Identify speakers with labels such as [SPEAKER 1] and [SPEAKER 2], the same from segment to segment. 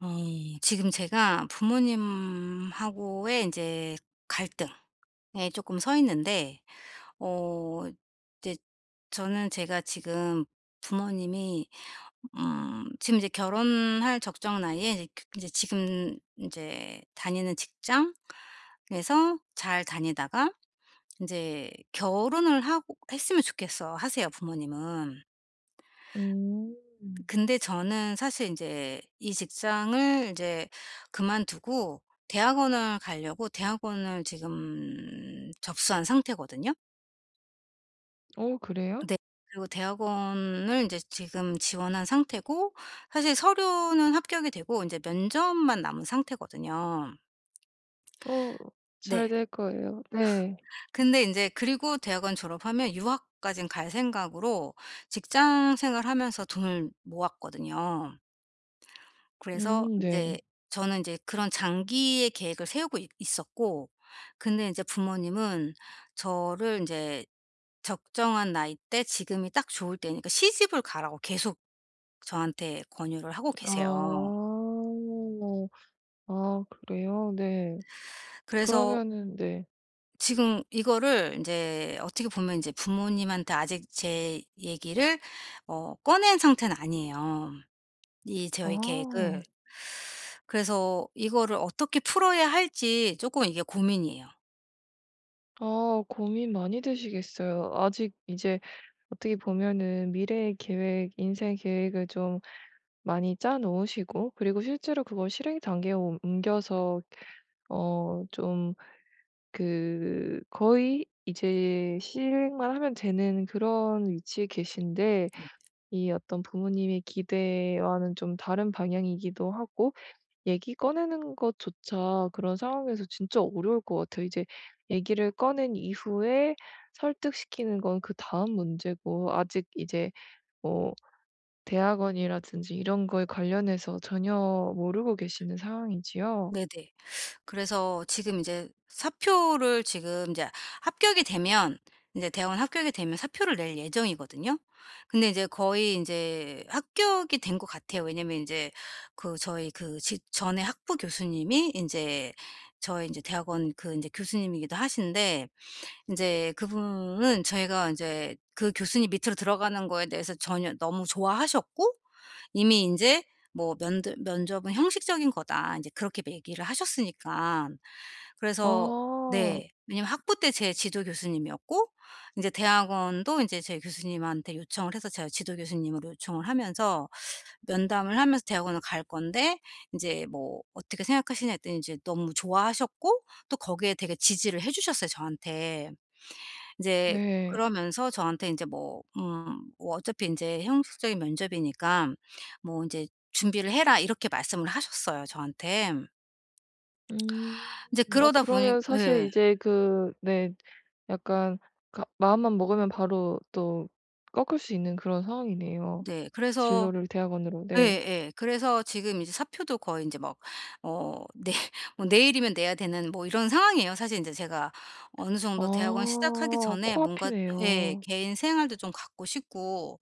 [SPEAKER 1] 어 지금 제가 부모님하고의 이제 갈등에 조금 서 있는데, 어 이제 저는 제가 지금 부모님이 지금 이제 결혼할 적정 나이에 이제 그 이제 지금 이제 다니는 직장에서 잘 다니다가 이제 "결혼을 하고 했으면 좋겠어." 하세요 부모님은.
[SPEAKER 2] 음.
[SPEAKER 1] 근데 저는 사실 이제 이 직장을 이제 그만두고 대학원을 가려고 대학원을 지금 접수한 상태거든요.
[SPEAKER 2] 어 그래요?
[SPEAKER 1] 네. 그리고 대학원을 이제 지금 지원한 상태고, 사실 서류는 합격이 되고 인제 면접만 남은 상태거든요.
[SPEAKER 2] 어
[SPEAKER 1] 네.
[SPEAKER 2] 잘 될 거예요. 네.
[SPEAKER 1] 근데 인제, 그리고 대학원 졸업하면 유학까진 갈 생각으로 직장 생활하면서 돈을 모았거든요. 그래서 이
[SPEAKER 2] 네.
[SPEAKER 1] 제 저는 이제 그런 장기의 계획을 세우고 있 있었고 근데 이제 부모님은 저를 이제 적정한 나이 때 지금이 딱 좋을 때니까 시집을 가라고 계속 저한테 권유를 하고 계세요.
[SPEAKER 2] 아. 아 그래요? 네.
[SPEAKER 1] 그래서
[SPEAKER 2] 그러면은 네.
[SPEAKER 1] 지금 이거를 이제 어떻게 보면 이제 부모님한테 아직 제 얘기를 꺼낸 상태는 아니에요, 이 저의 계획을.
[SPEAKER 2] 아.
[SPEAKER 1] 그래서 이거를 어떻게 풀어야 할지 조금 이게 고민이에요.
[SPEAKER 2] 아 고민 많이 되시겠어요. 아직 이제 어떻게 보면은 미래의 계획, 인생 계획을 좀 많이 짜 놓으시고, 그리고 실제로 그걸 실행 단계에 옮 옮겨서 어좀 그 거의 이제 실행만 하면 되는 그런 위치에 계신데, 이 어떤 부모님의 기대와는 좀 다른 방향이기도 하고, 얘기 꺼내는 것조차 그런 상황에서 진짜 어려울 것 같아요. 이제 얘기를 꺼낸 이후에 설득시키는 건 그다음 문제고, 아직 이제 뭐 대학원이라든지 이런 거에 관련해서 전혀 모르고 계시는 상황이지요.
[SPEAKER 1] 네네. 그래서 지금 이제 사표를 지금 이제 합격이 되면, 이제 대원 합격이 되면 사표를 낼 예정이거든요. 근데 이제 거의 이제 합격이 된 것 같아요. 왜냐면 이제 그 저희 그 전에 학부 교수님이 이제 저희 이제 대학원 그 이제 교수님이기도 하신데, 인제 그분은 저희가 인제 그 교수님 밑으로 들어가는 거에 대해서 전혀 너무 좋아하셨고, 이미 인제 뭐 "면드 면접은 형식적인 거다." 인제 그렇게 얘기를 하셨으니까.
[SPEAKER 2] 아
[SPEAKER 1] 그래서 네. 왜냐면 학부 때 제 지도 교수님이었고, 인제 대학원도 인제 제 교수님한테 요청을 해서 제가 지도 교수님으로 요청을 하면서 면담을 하면서 대학원을 갈 건데 인제 뭐 "어떻게 생각하시냐?" 했더니 인제 너무 좋아하셨고, 또 거기에 되게 지지를 해 주셨어요, 저한테. 이제
[SPEAKER 2] 네.
[SPEAKER 1] 그러면서 저한테 인제 뭐 뭐 "어차피 인제 형식적인 면접이니까 뭐 인제 준비를 해라." 이렇게 말씀을 하셨어요, 저한테.
[SPEAKER 2] 음.
[SPEAKER 1] 인제
[SPEAKER 2] 어
[SPEAKER 1] 그러다 보니
[SPEAKER 2] 그러면 사실
[SPEAKER 1] 예.
[SPEAKER 2] 이제 그 네 약간 마음만 먹으면 바로 또 꺾을 수 있는 그런 상황이네요.
[SPEAKER 1] 네. 그래서
[SPEAKER 2] 진로를 대학원으로. 네.
[SPEAKER 1] 예예. 그래서 지금 이제 사표도 거의 인제 막 내 뭐 내일이면 내야 되는 뭐 이런 상황이에요. 사실 인제 제가 어느 정도 대학원 시작하기
[SPEAKER 2] 아
[SPEAKER 1] 전에 뭔가 예
[SPEAKER 2] 코앞이네요.
[SPEAKER 1] 개인 생활도 좀 갖고 싶고,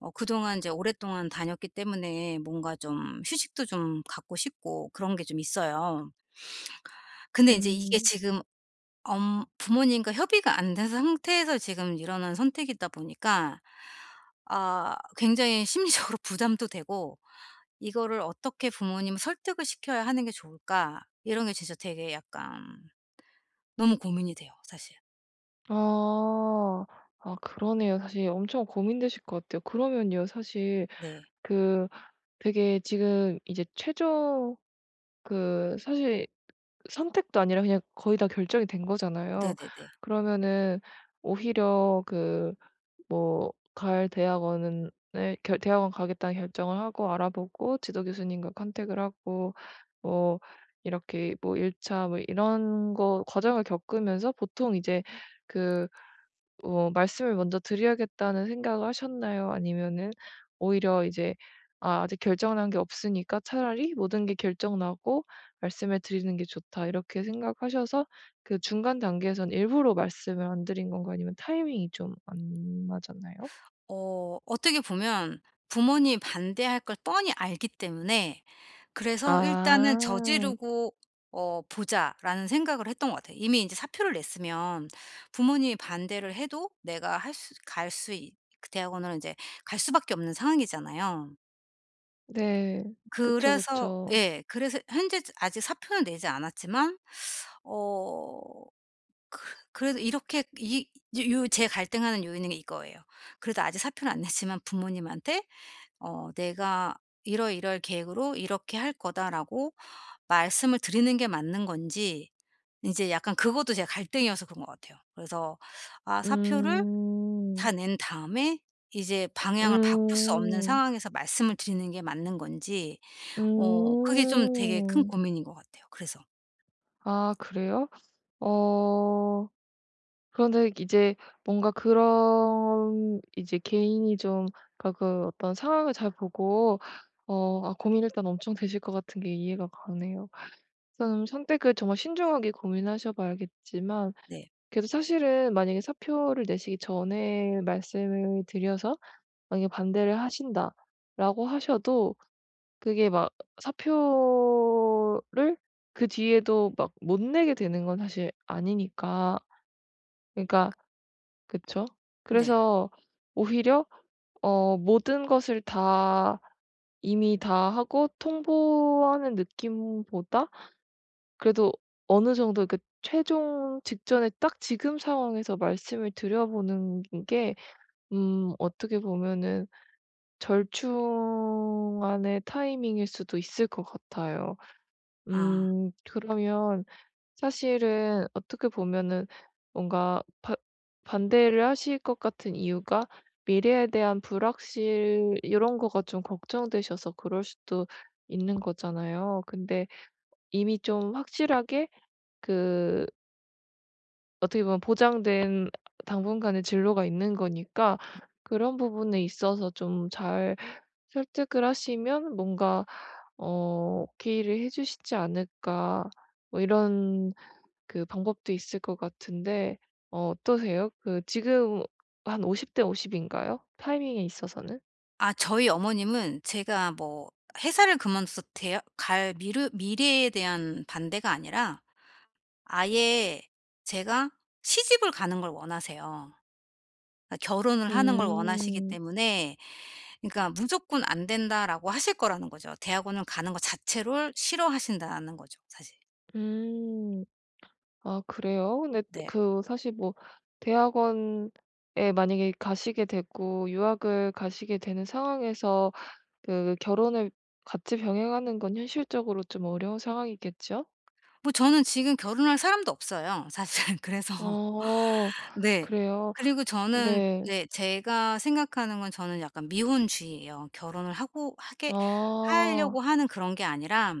[SPEAKER 1] 그동안 이제 오랫동안 다녔기 때문에 뭔가 좀 휴식도 좀 갖고 싶고 그런 게 좀 있어요. 근데 이제 이게
[SPEAKER 2] 음.
[SPEAKER 1] 지금 엄 부모님과 협의가 안 된 상태에서 지금 일어난 선택이다 보니까 아, 굉장히 심리적으로 부담도 되고, '이거를 어떻게 부모님을 설득을 시켜야 하는 게 좋을까?' 이런 게 진짜 되게 약간 너무 고민이 돼요, 사실.
[SPEAKER 2] 아. 아 그러네요. 사실 엄청 고민되실 것 같아요. 그러면요. 사실
[SPEAKER 1] 네.
[SPEAKER 2] 그 되게 지금 이제 최종 그 사실 선택도 아니라 그냥 거의 다 결정이 된 거잖아요.
[SPEAKER 1] 네네네.
[SPEAKER 2] 그러면은 오히려 그 뭐 갈 대학원은 에 결 대학원 가겠다는 결정을 하고 알아보고 지도 교수님과 컨택을 하고 뭐 이렇게 뭐 1차 차 뭐 이런 거 과정을 겪으면서 보통 이제 그 어 '말씀을 먼저 드려야겠다.'는 생각을 하셨나요? 아니면은 오히려 이제 '아 아직 결정 난 게 없으니까 차라리 모든 게 결정 나고 말씀을 드리는 게 좋다.' 이렇게 생각하셔서 그 중간 단계에선 일부러 말씀을 안 드린 건가요? 아니면 타이밍이 좀 안 맞았나요?
[SPEAKER 1] 어떻게 보면 부모님이 반대할 걸 뻔히 알기 때문에, 그래서 일단은
[SPEAKER 2] 아.
[SPEAKER 1] '저지르고 보자.'라는 생각을 했던 것 같아요. 이미 이제 사표를 냈으면 부모님이 반대를 해도 내가 할 수 갈 수 있 그 대학원을 이제 갈 수밖에 없는 상황이잖아요.
[SPEAKER 2] 네. 그쵸,
[SPEAKER 1] 그래서
[SPEAKER 2] 그쵸.
[SPEAKER 1] 예, 그래서 현재 아직 사표는 내지 않았지만 어 그 그래도 이렇게 이 요 제 갈등하는 요인은 이거예요. 그래도 아직 사표는 안 냈지만 부모님한테 "내가 이러이러할 계획으로 이렇게 할 거다."라고 말씀을 드리는 게 맞는 건지, 이제 약간 그것도 제가 갈등이어서 그런 것 같아요. 그래서 아, 사표를 다
[SPEAKER 2] 음.
[SPEAKER 1] 낸 다음에 이제 방향을 바꿀 수 없는
[SPEAKER 2] 음.
[SPEAKER 1] 상황에서 말씀을 드리는 게 맞는 건지, 그게 좀 되게 큰
[SPEAKER 2] 음.
[SPEAKER 1] 고민인 것 같아요. 그래서
[SPEAKER 2] 아 그래요? 어 그런데 이제 뭔가 그런 이제 개인이 좀 그러니까 그 어떤 상황을 잘 보고 어 아 고민 일단 엄청 되실 것 같은 게 이해가 가네요. 우선 선택을 정말 신중하게 고민하셔 봐야겠지만,
[SPEAKER 1] 네.
[SPEAKER 2] 그래도 사실은 만약에 사표를 내시기 전에 말씀을 드려서 만약에 "반대를 하신다."라고 하셔도 그게 막 사표를 그 뒤에도 막 못 내게 되는 건 사실 아니니까. 그러니까 그쵸.
[SPEAKER 1] 네.
[SPEAKER 2] 그래서 오히려 어 모든 것을 다 이미 다 하고 통보하는 느낌보다 그래도 어느 정도 그 최종 직전에 딱 지금 상황에서 말씀을 드려 보는 게 어떻게 보면은 절충안의 타이밍일 수도 있을 것 같아요.
[SPEAKER 1] 아.
[SPEAKER 2] 그러면 사실은 어떻게 보면은 뭔가 바 반대를 하실 것 같은 이유가 미래에 대한 불확실 이런 거가 좀 걱정되셔서 그럴 수도 있는 거잖아요. 근데 이미 좀 확실하게 그 어떻게 보면 보장된 당분간의 진로가 있는 거니까 그런 부분에 있어서 좀 잘 설득을 하시면 뭔가 어 오케이를 해 주시지 않을까 뭐 이런 그 방법도 있을 것 같은데. 어 어떠세요? 그 지금 한 50대 50 인가요? 타이밍에 있어서는?
[SPEAKER 1] 아, 저희 어머님은 제가 뭐 회사를 그만둬서 대 갈 미르 미래에 대한 반대가 아니라 아예 제가 시집을 가는 걸 원하세요. 그러니까 결혼을 하는 걸 원하시기
[SPEAKER 2] 음.
[SPEAKER 1] 때문에, 그러니까 "무조건 안 된다."라고 하실 거라는 거죠. 대학원을 가는 거 자체를 싫어하신다는 거죠, 사실.
[SPEAKER 2] 음. 아 그래요? 근데
[SPEAKER 1] 네.
[SPEAKER 2] 그 사실 뭐 대학원에 만약에 가시게 되고 유학을 가시게 되는 상황에서 그 결혼을 같이 병행하는 건 현실적으로 좀 어려운 상황이겠죠?
[SPEAKER 1] 뭐 저는 지금 결혼할 사람도 없어요, 사실은. 그래서
[SPEAKER 2] 어.
[SPEAKER 1] 네.
[SPEAKER 2] 그래요?
[SPEAKER 1] 그리고 저는,
[SPEAKER 2] 네.
[SPEAKER 1] 네, 제가 생각하는 건 저는 약간 미혼주의예요. 결혼을 하고 하게 하려고
[SPEAKER 2] 아.
[SPEAKER 1] 하는 그런 게 아니라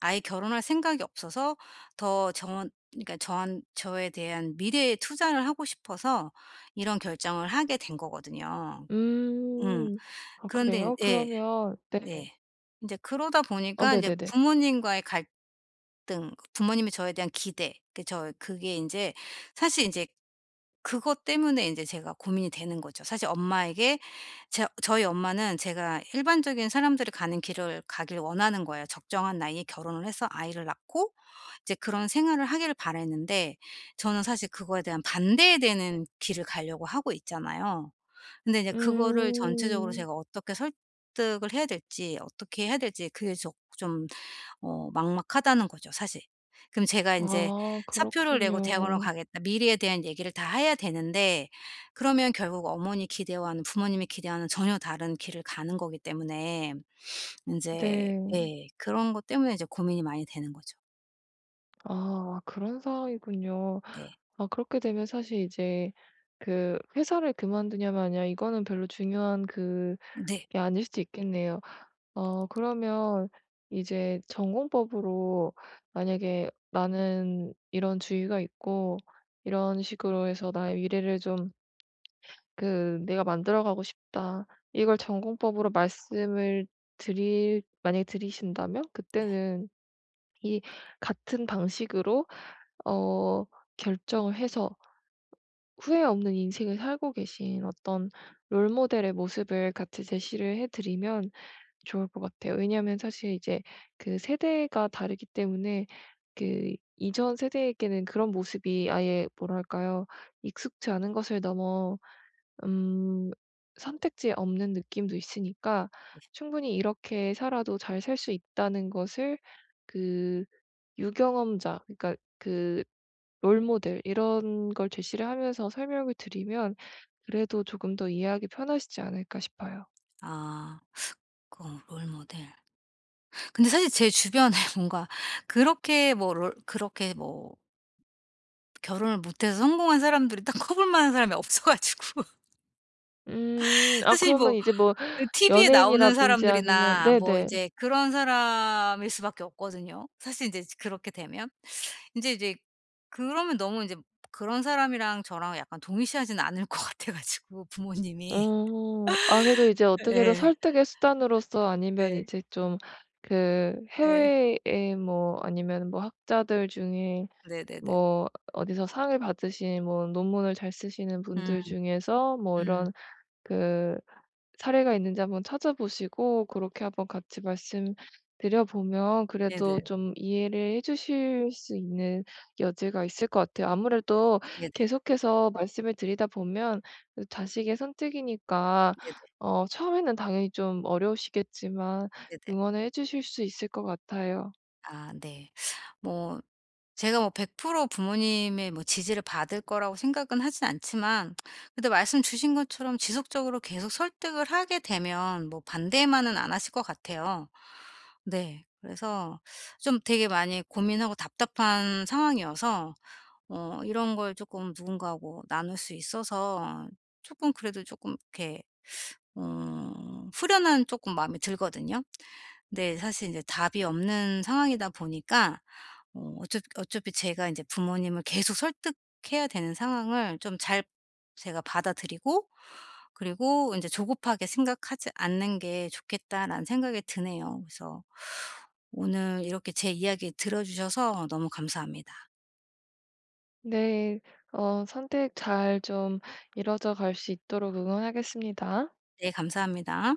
[SPEAKER 1] 아예 결혼할 생각이 없어서, 더 저 그러니까 저한 저에 대한 미래에 투자를 하고 싶어서 이런 결정을 하게 된 거거든요. 음.
[SPEAKER 2] 음. 아
[SPEAKER 1] 그런데
[SPEAKER 2] 그래요?
[SPEAKER 1] 예.
[SPEAKER 2] 그러면 네.
[SPEAKER 1] 네. 인제 그러다
[SPEAKER 2] 어
[SPEAKER 1] 보니까 인제
[SPEAKER 2] 네네네.
[SPEAKER 1] 부모님과의 갈등, 부모님의 저에 대한 기대, 그 저 그게 인제 사실 인제 그것 때문에 인제 제가 고민이 되는 거죠. 사실 엄마에게 제 저희 엄마는 제가 일반적인 사람들이 가는 길을 가길 원하는 거예요. 적정한 나이에 결혼을 해서 아이를 낳고 이제 그런 생활을 하기를 바랬는데, 저는 사실 그거에 대한 반대되는 길을 가려고 하고 있잖아요. 근데 이제 그거를 전체적으로
[SPEAKER 2] 음.
[SPEAKER 1] 제가 어떻게 설득을 해야 될지, 어떻게 해야 될지 그게 조 좀 막막하다는 거죠, 사실. 그럼 제가 이제
[SPEAKER 2] 아
[SPEAKER 1] "사표를 내고 대학원을
[SPEAKER 2] 그렇군요.
[SPEAKER 1] 가겠다." 미래에 대한 얘기를 다 해야 되는데, 그러면 결국 어머니 기대와는 부모님이 기대와는 전혀 다른 길을 가는 거기 때문에, 이제
[SPEAKER 2] 네.
[SPEAKER 1] 예 그런 것 때문에 이제 고민이 많이 되는 거죠.
[SPEAKER 2] 아 그런 상황이군요.
[SPEAKER 1] 네.
[SPEAKER 2] 아 그렇게 되면 사실 이제 그 회사를 그만두냐 마냐 이거는 별로 중요한 그게
[SPEAKER 1] 네.
[SPEAKER 2] 아닐 수도 있겠네요. 어 그러면 이제 전공법으로 만약에 나는 이런 주의가 있고 이런 식으로 해서 나의 미래를 좀 그 "내가 만들어 가고 싶다." 이걸 전공법으로 말씀을 드릴 만약에 드리신다면 그때는 이 같은 방식으로 어 결정을 해서 후회 없는 인생을 살고 계신 어떤 롤 모델의 모습을 같이 제시를 해 드리면 좋을 것 같아요. 왜냐하면 사실 이제 그 세대가 다르기 때문에 그 이전 세대에게는 그런 모습이 아예 뭐랄까요? 익숙지 않은 것을 넘어 음 선택지에 없는 느낌도 있으니까 충분히 이렇게 살아도 잘 살 수 있다는 것을 그 유경험자 그러니까 그 롤모델 이런 걸 제시를 하면서 설명을 드리면 그래도 조금 더 이해하기 편하시지 않을까 싶어요.
[SPEAKER 1] 아. 그 롤모델. 근데 사실 제 주변에 뭔가 그렇게 뭐 롤 그렇게 뭐 결혼을 못해서 성공한 사람들이 딱 커볼 만한 사람이 없어 가지고
[SPEAKER 2] 음. 아
[SPEAKER 1] 사실
[SPEAKER 2] 그러면
[SPEAKER 1] 뭐
[SPEAKER 2] 이제 뭐
[SPEAKER 1] 그 TV에 나오는
[SPEAKER 2] 연예인이라든지 아니면
[SPEAKER 1] 사람들이나 뭐 이
[SPEAKER 2] 네네.
[SPEAKER 1] 제 그런 사람일 수밖에 없거든요, 사실 이제 그렇게 되면. 이제 이제 그러면 너무 이제 그런 사람이랑 저랑 약간 동일시하지는 않을 것 같아 가지고, 부모님이.
[SPEAKER 2] 어. 아 그래도 이제 어떻게든
[SPEAKER 1] 네.
[SPEAKER 2] 설득의 수단으로서 아니면
[SPEAKER 1] 네.
[SPEAKER 2] 이제 좀 그
[SPEAKER 1] 네
[SPEAKER 2] 해외에 뭐 아니면 뭐 학자들 중에
[SPEAKER 1] 네 네네.
[SPEAKER 2] 뭐 어디서 상을 받으신, 뭐 논문을 잘 쓰시는 분들
[SPEAKER 1] 음
[SPEAKER 2] 중에서 뭐 이런
[SPEAKER 1] 음.
[SPEAKER 2] 그 사례가 있는지 한번 찾아보시고 그렇게 한번 같이 말씀드려 보면 그래도
[SPEAKER 1] 네네.
[SPEAKER 2] 좀 이해를 해 주실 수 있는 여지가 있을 것 같아요. 아무래도
[SPEAKER 1] 네네.
[SPEAKER 2] 계속해서 말씀을 드리다 보면 그 자식의 선택이니까
[SPEAKER 1] 네네.
[SPEAKER 2] 어 처음에는 당연히 좀 어려우시겠지만
[SPEAKER 1] 네네.
[SPEAKER 2] 응원을 해 주실 수 있을 것 같아요.
[SPEAKER 1] 아 네. 뭐 제가 뭐 100% 부모님의 뭐 지지를 받을 거라고 생각은 하진 않지만, 근데 말씀 주신 것처럼 지속적으로 계속 설득을 하게 되면 뭐 반대만은 안 하실 것 같아요. 네. 그래서 좀 되게 많이 고민하고 답답한 상황이어서 이런 걸 조금 누군가하고 나눌 수 있어서 조금, 그래도 조금 이렇게 후련한 조금 마음이 들거든요. 근데 사실 이제 답이 없는 상황이다 보니까 어차피 제가 이제 부모님을 계속 설득해야 되는 상황을 좀 잘 제가 받아들이고, 그리고 이제 '조급하게 생각하지 않는 게 좋겠다.'라는 생각이 드네요. 그래서 오늘 이렇게 제 이야기 들어 주셔서 너무 감사합니다.
[SPEAKER 2] 네. 어 선택 잘 좀 이루어져 갈 수 있도록 응원하겠습니다.
[SPEAKER 1] 네, 감사합니다.